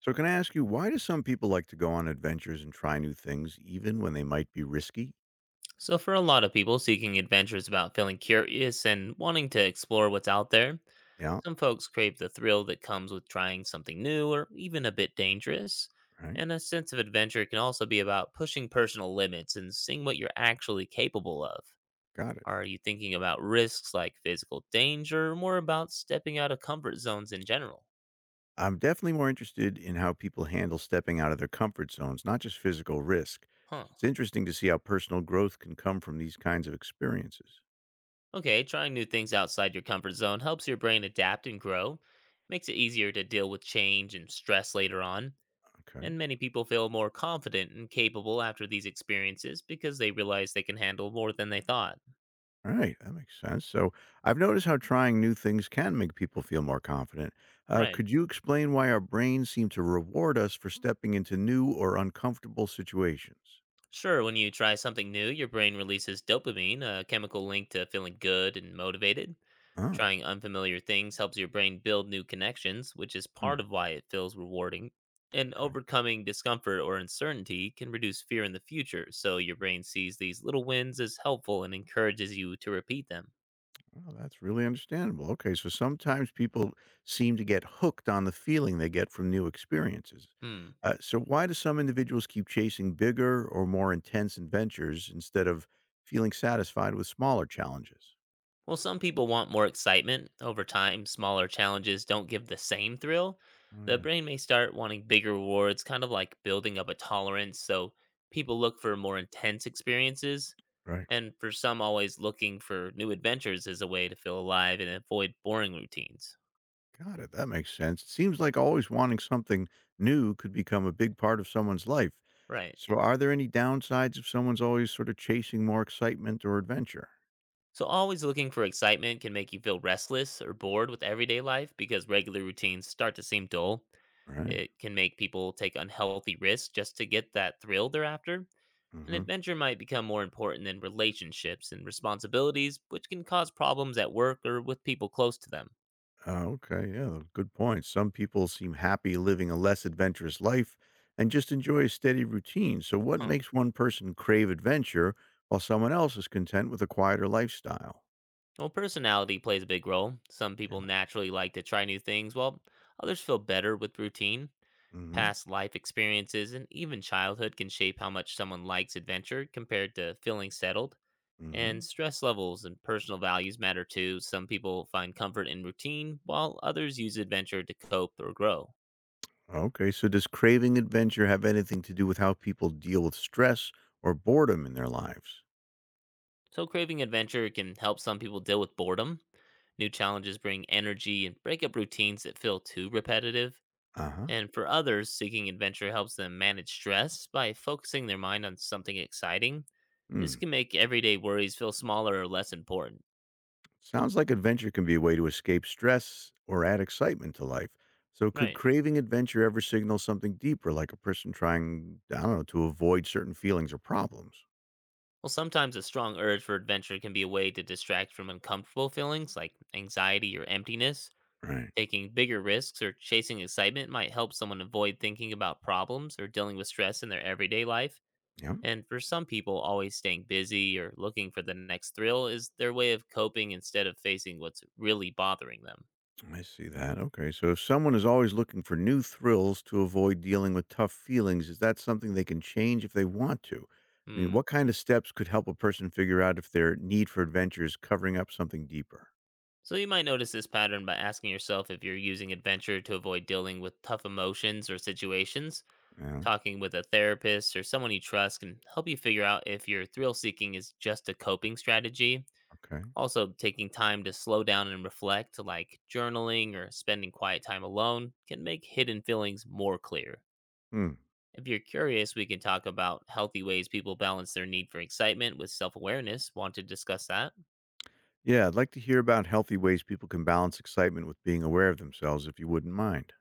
So, can I ask you, why do some people like to go on adventures and try new things, even when they might be risky? So, for a lot of people, seeking adventure is about feeling curious and wanting to explore what's out there. Yeah, Some folks crave the thrill that comes with trying something new or even a bit dangerous. right. And a sense of adventure can also be about pushing personal limits and seeing what you're actually capable of. Got it. Are you thinking about risks like physical danger or more about stepping out of comfort zones in general? I'm definitely more interested in how people handle stepping out of their comfort zones, not just physical risk. Huh. It's interesting to see how personal growth can come from these kinds of experiences. Okay, trying new things outside your comfort zone helps your brain adapt and grow, makes it easier to deal with change and stress later on. Okay. And many people feel more confident and capable after these experiences because they realize they can handle more than they thought. All right. That makes sense. So, I've noticed how trying new things can make people feel more confident. Right. Could you explain why our brains seem to reward us for stepping into new or uncomfortable situations? Sure, when you try something new, your brain releases dopamine, a chemical linked to feeling good and motivated. Ah, Trying unfamiliar things helps your brain build new connections, which is part hmm, of why it feels rewarding. And okay. overcoming discomfort or uncertainty can reduce fear in the future, so your brain sees these little wins as helpful and encourages you to repeat them. Well, that's really understandable. Okay, so sometimes people seem to get hooked on the feeling they get from new experiences. Hmm. So, why do some individuals keep chasing bigger or more intense adventures instead of feeling satisfied with smaller challenges? Well, some people want more excitement. Over time, smaller challenges don't give the same thrill. Oh, The yeah, brain may start wanting bigger rewards, kind of like building up a tolerance. So people look for more intense experiences. right. And for some, always looking for new adventures is a way to feel alive and avoid boring routines. Got it. That makes sense. It seems like always wanting something new could become a big part of someone's life. Right. So, are there any downsides if someone's always sort of chasing more excitement or adventure? So, always looking for excitement can make you feel restless or bored with everyday life because regular routines start to seem dull. Right. It can make people take unhealthy risks just to get that thrill they're after. Mm An hmm. adventure might become more important than relationships and responsibilities, which can cause problems at work or with people close to them. Oh, okay. Yeah, good point. Some people seem happy living a less adventurous life and just enjoy a steady routine. So, what Huh. makes one person crave adventure while someone else is content with a quieter lifestyle? Well, personality plays a big role. Some people Yeah. naturally like to try new things, while others feel better with routine. Mm hmm. Past life experiences and even childhood can shape how much someone likes adventure compared to feeling settled. And Mm stress levels and personal values matter too. Some people find comfort in routine, while others use adventure to cope or grow. hmm. Okay. So, does craving adventure have anything to do with how people deal with stress or boredom in their lives? So, craving adventure can help some people deal with boredom. New challenges bring energy and break up routines that feel too repetitive. Uh And for others, seeking adventure helps them manage stress by focusing their mind on something exciting. This huh. can make everyday worries feel smaller or less important. Sounds like adventure can be a way to escape stress or add excitement to life. So, could Right. craving adventure ever signal something deeper, like a person trying, I don't know, to avoid certain feelings or problems? Well, sometimes a strong urge for adventure can be a way to distract from uncomfortable feelings like anxiety or emptiness. Right. Taking bigger risks or chasing excitement might help someone avoid thinking about problems or dealing with stress in their everyday life. Yeah, And for some people, always staying busy or looking for the next thrill is their way of coping instead of facing what's really bothering them. I see that. Okay. So, if someone is always looking for new thrills to avoid dealing with tough feelings, is that something they can change if they want to? I mean, Hmm. what kind of steps could help a person figure out if their need for adventure is covering up something deeper? So you might notice this pattern by asking yourself if you're using adventure to avoid dealing with tough emotions or situations. Yeah. Talking with a therapist or someone you trust can help you figure out if your thrill seeking is just a coping strategy. Okay. Also, taking time to slow down and reflect, like journaling or spending quiet time alone, can make hidden feelings more clear. Hmm. If you're curious, we can talk about healthy ways people balance their need for excitement with self awareness. Want to discuss that? Yeah, I'd like to hear about healthy ways people can balance excitement with being aware of themselves, if you wouldn't mind.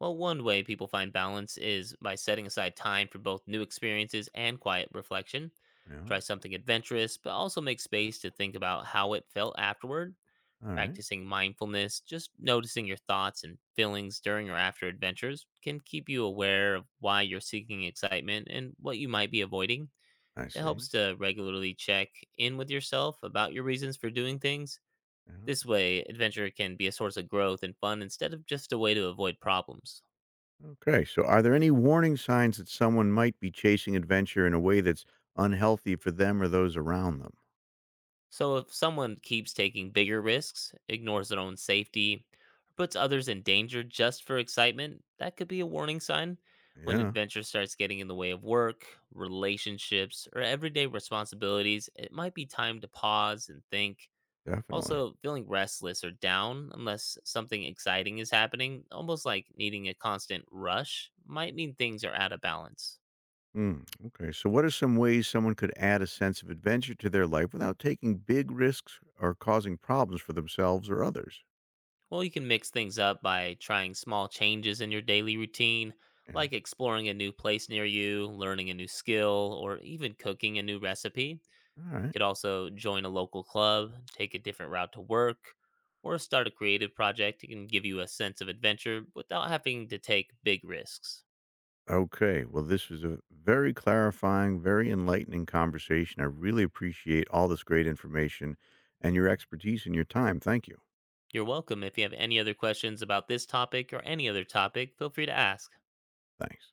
Well, one way people find balance is by setting aside time for both new experiences and quiet reflection. Yeah. Try something adventurous, but also make space to think about how it felt afterward. All right. Practicing mindfulness, just noticing your thoughts and feelings during or after adventures, can keep you aware of why you're seeking excitement and what you might be avoiding. I It see. helps to regularly check in with yourself about your reasons for doing things. Yeah. This way, adventure can be a source of growth and fun instead of just a way to avoid problems. Okay. So, are there any warning signs that someone might be chasing adventure in a way that's unhealthy for them or those around them? So, if someone keeps taking bigger risks, ignores their own safety, or puts others in danger just for excitement, that could be a warning sign. When Yeah, adventure starts getting in the way of work, relationships, or everyday responsibilities, it might be time to pause and think. definitely. Also, feeling restless or down unless something exciting is happening, almost like needing a constant rush, might mean things are out of balance. Hmm. Okay. So, what are some ways someone could add a sense of adventure to their life without taking big risks or causing problems for themselves or others? Well, you can mix things up by trying small changes in your daily routine, Yeah. like exploring a new place near you, learning a new skill, or even cooking a new recipe. You All right. could also join a local club, take a different route to work, or start a creative project. It can give you a sense of adventure without having to take big risks. Okay. Well, this was a very clarifying, very enlightening conversation. I really appreciate all this great information and your expertise and your time. Thank you. You're welcome. If you have any other questions about this topic or any other topic, feel free to ask. Thanks.